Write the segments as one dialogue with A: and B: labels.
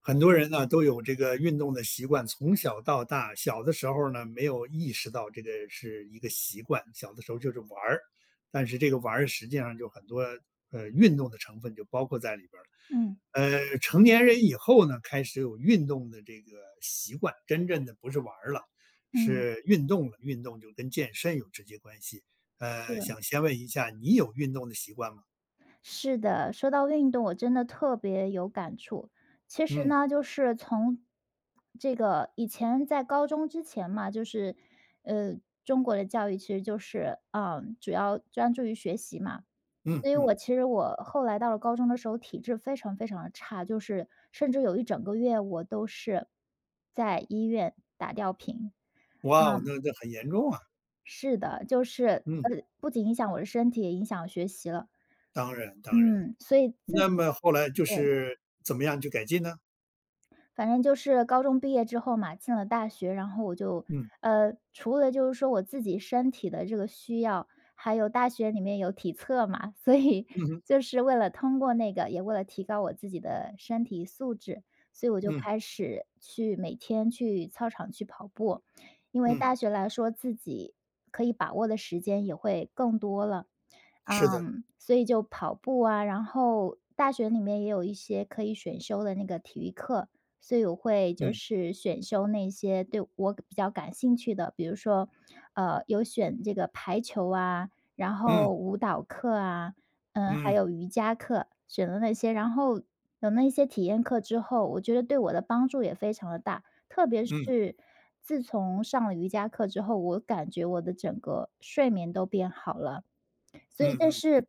A: 很多人呢都有这个运动的习惯，从小到大，小的时候呢没有意识到这个是一个习惯，小的时候就是玩儿，但是这个玩儿实际上就很多运动的成分就包括在里边儿了。
B: 嗯
A: 成年人以后呢，开始有运动的这个习惯，真正的不是玩儿了，
B: 嗯，
A: 是运动了。运动就跟健身有直接关系。
B: 是
A: 想先问一下，你有运动的习惯吗？
B: 是的。说到运动，我真的特别有感触。其实
A: 嗯
B: 呢，就是从以前在高中之前嘛，呃，中国的教育其实就是主要专注于学习嘛。
A: 嗯
B: 所以
A: 嗯，
B: 我其实我后来到了高中的时候，体质非常非常的差，就是甚至有一整个月我都是在医院打吊瓶。
A: 哇哦，那很严重啊。
B: 是的，
A: 嗯，
B: 不仅影响我的身体，也影响学习了。
A: 当然当然。
B: 嗯，所以自
A: 那么后来就
B: 对，
A: 是怎么样去改进呢？
B: 反正就是高中毕业之后嘛，进了大学，然后我就，
A: 嗯，
B: 呃，除了就是说我自己身体的这个需要，还有大学里面有体测嘛，所以
A: 嗯哼
B: 就是为了通过那个，也为了提高我自己的身体素质，所以我就
A: 嗯，
B: 开始每天去操场去跑步。因为
A: 嗯，
B: 大学来说，自己可以把握的时间也会更多了，
A: 是的，
B: 嗯，所以就跑步啊，然后大学里面也有一些可以选修的那个体育课，所以我会就
A: 嗯，
B: 是选修那些对我比较感兴趣的，比如说，有选这个排球啊，然
A: 嗯，
B: 后舞蹈课啊，嗯，还
A: 嗯，
B: 有瑜伽课，选了那些，然后有那些体验课之后，我觉得对我的帮助也非常的大，特别
A: 嗯，
B: 是自从上了瑜伽课之后，我感觉我的整个睡眠都变好了。所以
A: 嗯，
B: 这
A: 嗯，
B: 是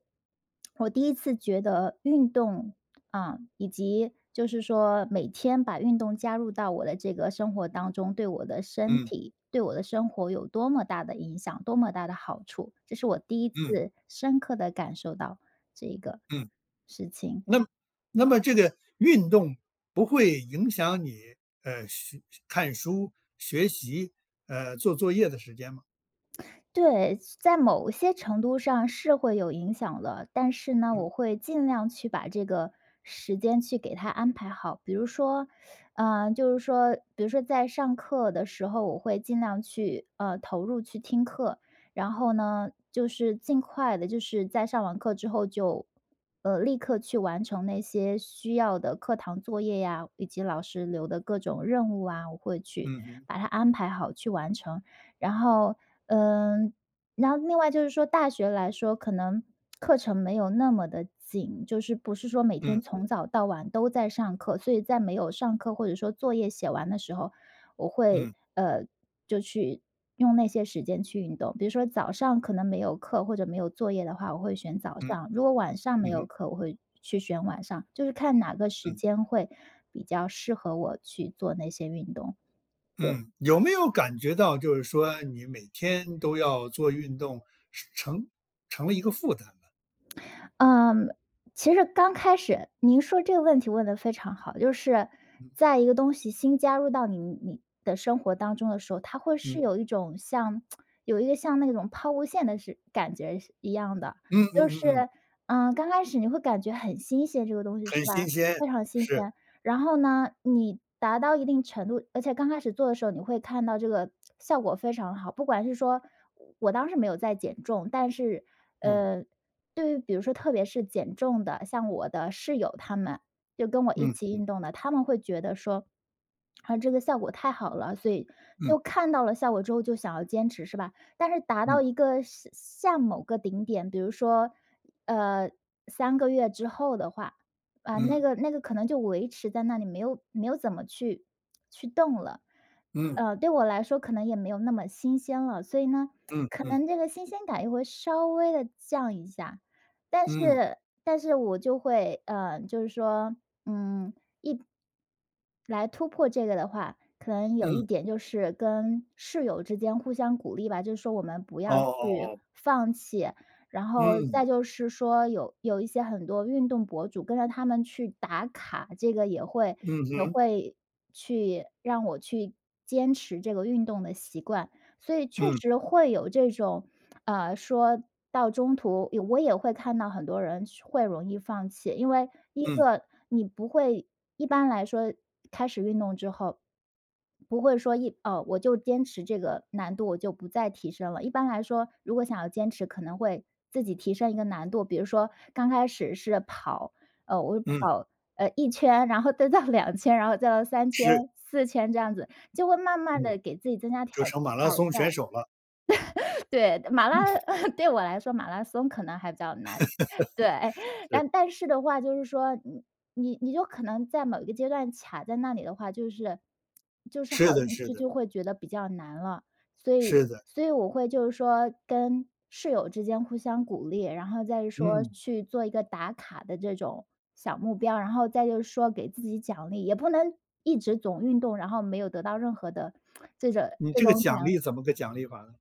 B: 我第一次觉得运动，以及就是说每天把运动加入到我的这个生活当中，对我的身
A: 嗯，
B: 体、对我的生活有多么大的影响，多么大的好处，这是我第一
A: 嗯，
B: 次深刻的感受到这个
A: 嗯。
B: 事情。
A: 那么那么这个运动不会影响你，学看书、学习，做作业的时间吗？
B: 对，在某些程度上是会有影响的，但是呢，我
A: 嗯，
B: 会尽量去把这个时间去给他安排好。比如说，比如说在上课的时候，我会尽量去投入去听课，然后呢，就是尽快的，就是在上完课之后就立刻去完成那些需要的课堂作业呀，以及老师留的各种任务啊，我会去
A: 嗯哼，
B: 把它安排好去完成。然后，嗯，然后另外就是说大学来说，可能课程没有那么的紧，就是不是说每天
A: 嗯，
B: 从早到晚都在上课，所以在没有上课或者说作业写完的时候，我会，
A: 嗯，
B: 呃，就去用那些时间去运动。比如说早上可能没有课或者没有作业的话，我会选早
A: 嗯，
B: 上，如果晚上没
A: 嗯
B: 有
A: 哼，
B: 课，我会去选晚上，就是看哪个时
A: 嗯，
B: 间会比较适合我去做那些运动，对。
A: 嗯。有没有感觉到就是说你每天都要做运动，是成了一个负担了？
B: 嗯，其实刚开始您说这个问题问得非常好，就是
A: 嗯，
B: 在一个东西新加入到你的生活当中的时候，它会是
A: 嗯。
B: 有一种像有一个像那种抛物线的是感觉是一样的。
A: 嗯嗯
B: 就
A: 嗯
B: 是，
A: 嗯，
B: 嗯，刚开始你会感觉很新鲜，这个东西是
A: 很
B: 吧？
A: 新鲜，
B: 非常新
A: 是，
B: 鲜。然后呢，你达到一定程度而且刚开始做的时候，你会看到这个效果非常好。不管是说我当时没有在减重，但是，
A: 嗯
B: 呃对，于比如说特别是减重的，像我的室友他们，就跟我一起
A: 嗯
B: 运动的，他们会觉得说，啊，这个效果太好了，所以就
A: 嗯
B: 看到了效果之后就想要坚持，是吧？但是达到一
A: 嗯
B: 个下某个顶点，比如说，呃三个月之后的话，啊，那
A: 嗯
B: 个那个可能就维持在那里，没有怎么去动了。
A: 嗯
B: 呃，对我来说可能也没有那么新鲜了，所以呢，
A: 嗯嗯
B: 可
A: 嗯
B: 能这个新鲜感又会稍微的降一下。但
A: 嗯，
B: 是但是我就会，嗯，就是说，嗯，来突破这个的话，可能有一
A: 嗯
B: 点就是跟室友之间互相鼓励吧，就是说我们不
A: 哦
B: 要
A: 哦
B: 去
A: 哦，
B: 放弃。然后
A: 嗯
B: 再就是说有一些很多运动博主跟着他们去打卡，这个也会
A: 嗯
B: 也
A: 哼，
B: 会去让我去坚持这个运动的习惯。所以确
A: 嗯
B: 实会有这种，呃，说到中途，我也会看到很多人是会容易放弃，因为一
A: 嗯
B: 个你不会一般来说，开始运动之后，不会说一哦，我就坚持这个难度，我就不再提升了。一般来说，如果想要坚持，可能会自己提升一个难度，比如说刚开始是跑，呃，我
A: 嗯，
B: 跑呃一圈，然后再到两圈，然后再到三圈、
A: 是，
B: 四圈这样子，就会慢慢
A: 嗯，
B: 的给自己增加挑
A: 就
B: 挑
A: 成马拉松选
B: 战。
A: 手了，
B: 对，对我来说马拉松可能还比较难，对。但
A: 是，
B: 但是的话，就是说你就可能在某一个阶段卡在那里的话，就是好
A: 是的
B: 像
A: 是
B: 就
A: 的
B: 就会觉得比较难了。所以
A: 是的，
B: 所以我会就是说跟室友之间互相鼓励，然后再说
A: 嗯，
B: 去做一个打卡的这种小目标，然后再就是说给自己奖励，也不能一直总运动，然后没有得到任何的这种
A: 你
B: 这
A: 这个
B: 种
A: 奖
B: 奖
A: 励怎么个奖励法呢？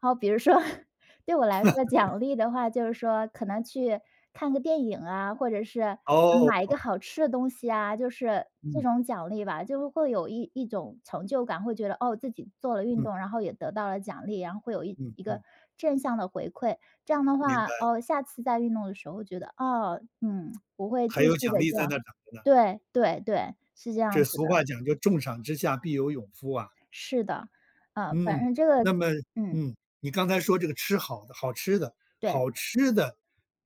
B: 好，比如说 对我来说，奖励的话就是说可能去看个电影啊，或者是
A: 哦，
B: 买一个好吃的东西啊，就是这
A: 嗯
B: 种奖励吧，就会有一种成就感，会觉得哦，自己做了运
A: 嗯
B: 动，然后也得到了奖励，然后会有一
A: 嗯
B: 一个
A: 嗯，
B: 正向的回馈。这样的
A: 明
B: 话，
A: 白，
B: 哦，再运动的时候觉得，哦，嗯，我会
A: 还
B: 继
A: 有
B: 续
A: 奖
B: 的
A: 励
B: 这
A: 在
B: 样。
A: 那儿等着呢，
B: 对对对，是这样
A: 这
B: 子的，
A: 俗话讲究重赏之下必有勇夫啊。
B: 是的，啊，反
A: 嗯，
B: 正这个
A: 那么
B: 嗯，
A: 嗯，你刚才说这个吃好的好吃的，
B: 对。
A: 好吃的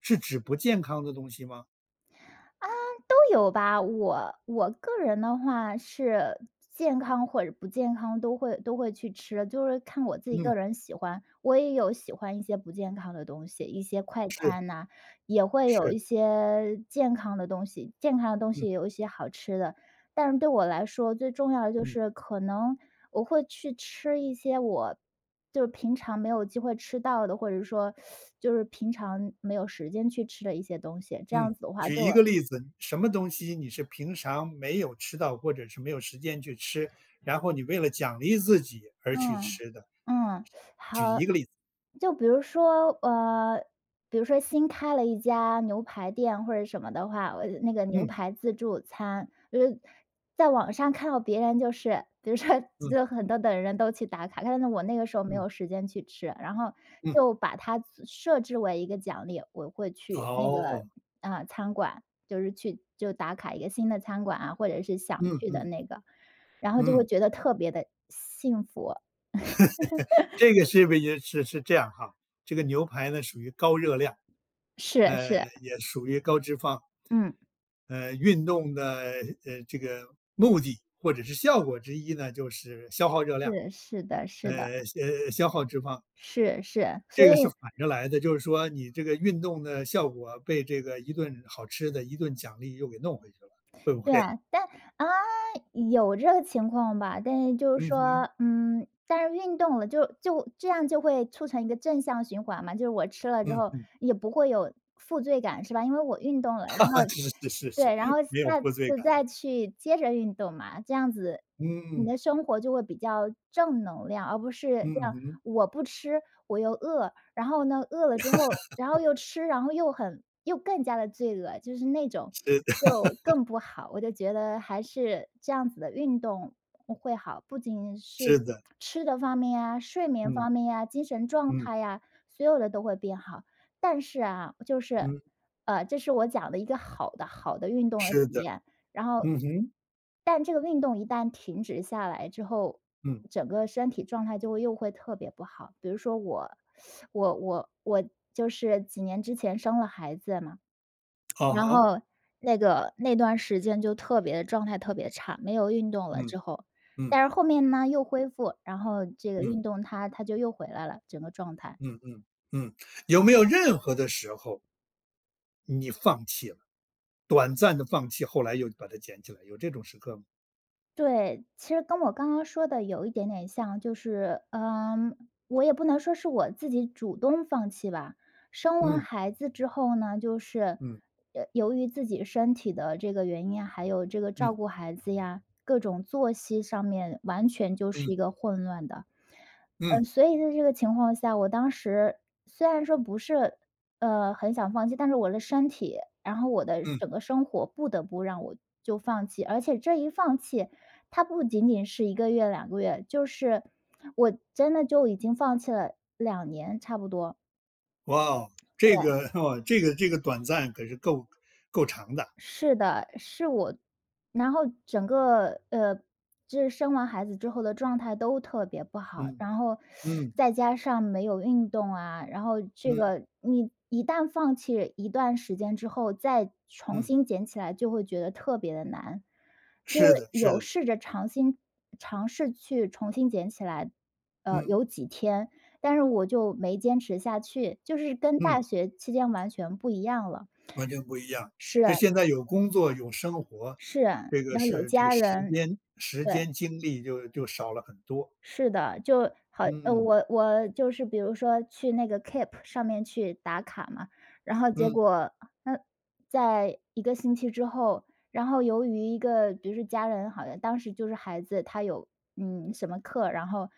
A: 是指不健康的东西吗？
B: 都有吧，我个人的话是健康或者不健康都会去吃，就是看我自己
A: 嗯，
B: 个人喜欢。我也有喜欢一些不健康的东西，一些快
A: 是
B: 餐呐、也会有
A: 是，
B: 一些健康的东西，健康的东西
A: 嗯
B: 也有一些好吃的。但是对我来说，最重要的就
A: 嗯
B: 是可能我会去吃一些就是平常没有机会吃到的，或者说就是平常没有时间去吃的一些东西。这样
A: 嗯。
B: 子的话，
A: 举
B: 对
A: 一
B: 我
A: 个例子，什么东西你是平常没有吃到，或者是没有时间去吃，然后你为了奖励自己而去
B: 嗯，
A: 吃的？
B: 嗯，好。
A: 举一个例子。
B: 就比如说，比如说新开了一家牛排店或者什么的话，我那个牛
A: 嗯
B: 排自助餐，就是在网上看到别人就是，比如说
A: 嗯
B: 就很多的人都去打卡，但是我那个时候没
A: 嗯
B: 有时间去吃，然后
A: 嗯，
B: 就把它自设置为一个奖励，我会去那个
A: 哦，
B: 啊、呃餐馆，就是去就打卡一个新的餐馆啊，或者是想
A: 嗯
B: 去的
A: 嗯
B: 那个，然后就会
A: 嗯，
B: 觉得特别的幸福。
A: 这个是不是也是这样哈？这个牛排呢属于高热量，
B: 是
A: 呃，
B: 是，
A: 也属于高脂肪。
B: 嗯。
A: 运动的这个目的或者是效果之一呢，就是消耗热量，
B: 是的，
A: 消耗脂肪，
B: 是是，所
A: 这个是
B: 以
A: 反着来的，就是说你这个运动的效果被这个一顿好吃的一顿奖励又给弄回去了，会不
B: 对
A: 会？
B: 啊但啊，有这个情况吧，但是就是
A: 嗯哼，
B: 说，嗯，但是运动了就这样就会促成一个正向循环嘛，就是我吃了之
A: 嗯
B: 后
A: 哼
B: 也不会有负罪感是吧？因为我运动了，然
A: 啊，
B: 后
A: 是是是
B: 对，
A: 是，
B: 然后下
A: 没有负罪
B: 次
A: 感，
B: 再去接着运动嘛，这样子你
A: 嗯
B: 的生活就会比较正能量，而不是这
A: 嗯
B: 样
A: 哼，
B: 我不吃我又饿。然后呢，饿了之后，然后又吃，然后又更加的罪恶，就是那种
A: 是的
B: 就更不好。我就觉得还是这样子的运动会好，不仅是
A: 是的，
B: 吃的方面呀、睡眠
A: 嗯
B: 方面呀、精神状
A: 嗯
B: 态呀，所有的都会变好。但是啊，就是，
A: 嗯，
B: 呃，这是我讲的一个好的运动的
A: 是
B: 体
A: 的，
B: 验。然后
A: 嗯哼，
B: 但这个运动一旦停止下来之后，
A: 嗯，
B: 整个身体状态又会特别不好。比如说我就是几年之前生了孩子嘛，
A: 好
B: 然
A: 好，
B: 后那段时间就特别的状态特别差，没有运动了
A: 嗯
B: 之后，
A: 嗯
B: 但是后面呢又恢复，然后这个
A: 嗯。
B: 运动它就又回来了，整个状态。
A: 嗯嗯嗯，有没有任何的时候你放弃了，短暂的放弃，后来又把它捡起来，有这种时刻吗？
B: 对，其实跟我刚刚说的有一点点像，就是，我也不能说是我自己主动放弃吧。生完
A: 嗯
B: 孩子之后呢，就是，
A: 嗯
B: 由于自己身体的这个原因啊，还有这个照
A: 嗯
B: 顾孩子呀，各种作息上面完全就是
A: 嗯
B: 一个混乱的。
A: 嗯
B: 所以在这个情况下，我当时虽然说不是，很想放弃，但是我的身体，然后我的
A: 嗯，
B: 整个生活不得不让我就放弃，而且这一放弃它不仅仅是一个月、2个月，就是我真的就已经放弃了2年差不多。
A: 哇哦，这个 哦，这个短暂可是够长的，
B: 是的，是我然后整个，就是生完孩子之后的状态都特别不好，
A: 嗯
B: 然后
A: 嗯
B: 再加上没有运动啊，然后这
A: 嗯
B: 个你一旦放弃一段时间之后，再重
A: 嗯，
B: 新捡起来就会觉得特别的难。就是
A: 是的是
B: 有
A: 的，
B: 试着尝试去重新捡起来，
A: 嗯
B: 有几天，但是我就没坚持下去，就是跟
A: 嗯，
B: 大学期间完全不一样了。
A: 完全不一样。这
B: 是，
A: 现在有工作有生活，
B: 是啊然后有
A: 这个
B: 家
A: 时
B: 人
A: 间时
B: 对。
A: 间精力就少了很多，
B: 是的，就好
A: 嗯
B: 我
A: 嗯
B: 我就是比如说去那个 Keep 上面去打卡嘛，然后结
A: 嗯
B: 果那呃在一个星期之后，然后由于一个比如说家人好像当时就是孩子他有，嗯，什么课，然后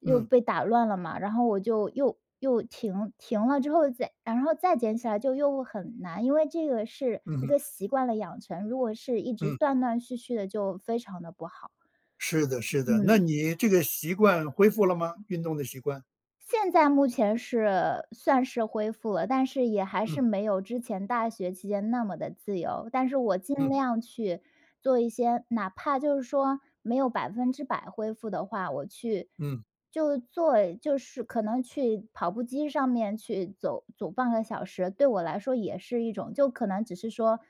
B: 又
A: 嗯
B: 被打乱了嘛，然后我就又停了之后再然后再捡起来就又很难，因为这个是一
A: 嗯
B: 个习惯的养成，如果是一直
A: 嗯。
B: 断断续续的就非常的不好，
A: 是的，是的。那
B: 嗯。
A: 你这个习惯恢复了吗？运动的习惯？
B: 现在目前是算是恢复了，但是也还是
A: 嗯
B: 没有之前大学期间那么的自由。但是我尽
A: 嗯
B: 量去做一些哪怕就是说没有100%恢复的话，我去
A: 嗯
B: 就做就是可能去跑步机上面去走走半个小时，对我来说也是一种就可能只是说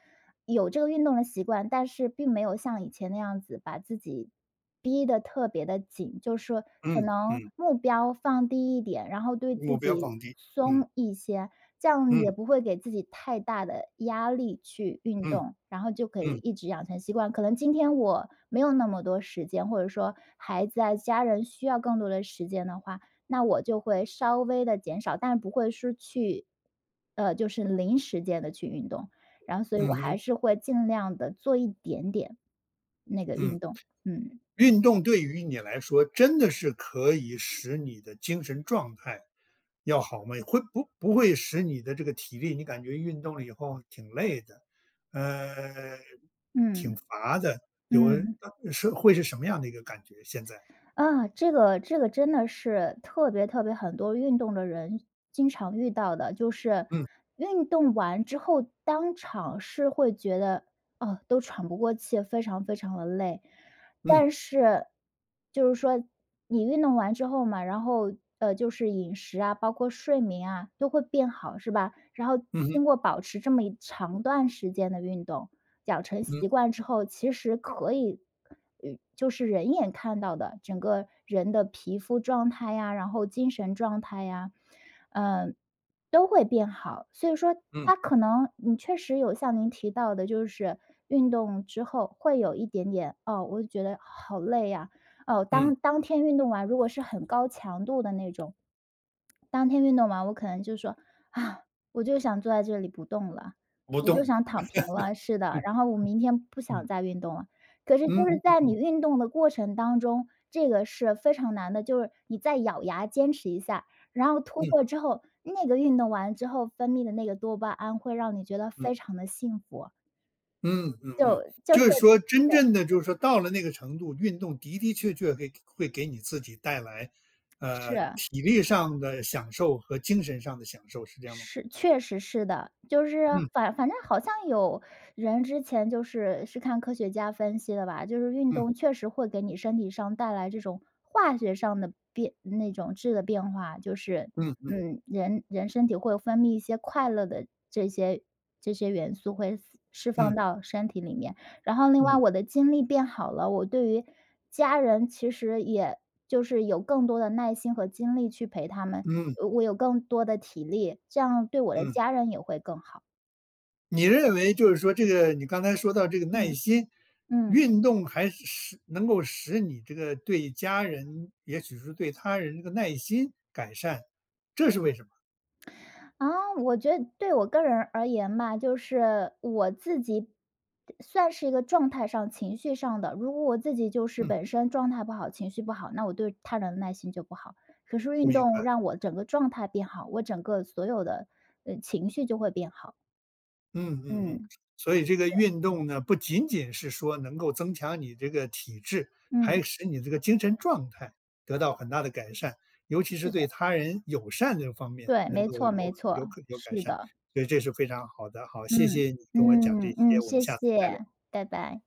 B: 有这个运动的习惯，但是并没有像以前那样子把自己逼得特别的紧，就是可
A: 嗯
B: 能
A: 嗯，
B: 目标放低一点，然后对自
A: 目标
B: 己
A: 放低，嗯
B: 松一些，这样也
A: 嗯
B: 不会给自己太大的压力去运
A: 嗯
B: 动，然后就可以
A: 嗯
B: 一直养成习惯。可能今天我没有那么多时间，或者说孩子啊、家人需要更多的时间的话，那我就会稍微的减少，但不会说去就是零时间的去运动，然后所以我
A: 嗯
B: 还
A: 哼，
B: 是会尽量的做一点点那个运
A: 嗯。
B: 动，嗯。
A: 运动对于你来说，真的是可以使你的精神状态要好吗？会不会使你的这个体力，你感觉运动了以后挺累的，呃，挺
B: 嗯，
A: 乏的，有
B: 嗯，
A: 是会是什么样的一个感觉现在？
B: 啊，这个真的是特别特别很多运动的人经常遇到的，就是
A: 嗯
B: 运动完之后当场是会觉得，哦，都喘不过气，非常非常的累。
A: 嗯
B: 但是，就是说你运动完之后嘛，然后，就是饮食啊，包括睡眠啊，都会变好，是吧？然后
A: 嗯哼
B: 经过保持这么一长段时间的运动，养成
A: 嗯
B: 习惯之后，其实可以，就是人眼看到的，整个人的皮肤状态呀，然后精神状态呀，嗯。都会变好。所以说
A: 嗯
B: 它可能你确实有像您提到的，就是运动之后会有一点点，哦，我就觉得好累呀，哦，
A: 嗯。
B: 当天运动完，如果是很高强度的那种，当天运动完，我可能就说：“啊，我就想坐在这里不动了，
A: 不
B: 我就
A: 动，
B: 想躺平了。”是的，然
A: 嗯
B: 后我明天不想
A: 嗯
B: 再运动了。可是
A: 嗯
B: 就是
A: 嗯
B: 在你
A: 嗯
B: 运动的过程当中，这个是非常难的，就是你再咬牙坚持一下，然后突破之后，那个运动完之后分泌的那个多巴胺会让你觉得非
A: 嗯
B: 常的幸福，
A: 嗯嗯
B: 就
A: 嗯，
B: 就是
A: 就是说真正的就是说到了那个程度，运动的的确确会给你自己带来，
B: 是
A: 体力上的享受和精神上的享受，是这样吗？
B: 是，确实是的。就是反正好像有人之前就是看科学家分析的吧，就是运
A: 嗯
B: 动确实会给你身体上带来这种化学上的变那种质的变化，就是，
A: 嗯嗯
B: 人身体会分泌一些快乐的这些元素会释放
A: 嗯
B: 到身体里面。然后另外我
A: 嗯
B: 的精力变好了，我对于家人其实也就是有更多的耐心和精力去陪他们，
A: 嗯
B: 我有更多的体力，这样对我的
A: 嗯，
B: 家人也会更好。
A: 你认为就是说这个你刚才说到这个耐
B: 嗯，
A: 心，
B: 嗯，
A: 运动还是使能够使你这个对家人，也许是对他人这个耐心改善，这是为什么？
B: 啊，我觉得对我个人而言吧，就是我自己算是一个状态上、情绪上的，如果我自己就是
A: 嗯，
B: 本身状态不好、情绪不好，那我对他人的耐心就不好。可是运
A: 明白。
B: 动让我整个状态变好，我整个所有的，情绪就会变好。
A: 嗯嗯嗯，
B: 嗯，
A: 所以这个运动呢，不仅仅是说能够增强你这个体质，还
B: 嗯，
A: 使你这个精神状态得到很大的改善，尤其是
B: 是的
A: 对他人友善这方面
B: 对，
A: 能
B: 没
A: 够
B: 错没
A: 有
B: 错，
A: 可有改
B: 是
A: 善，
B: 的，
A: 所以这是非常好的。好，谢
B: 嗯，
A: 谢你跟我讲这
B: 嗯，
A: 些，
B: 嗯，
A: 我们
B: 谢
A: 下次再聊。
B: 谢，拜拜。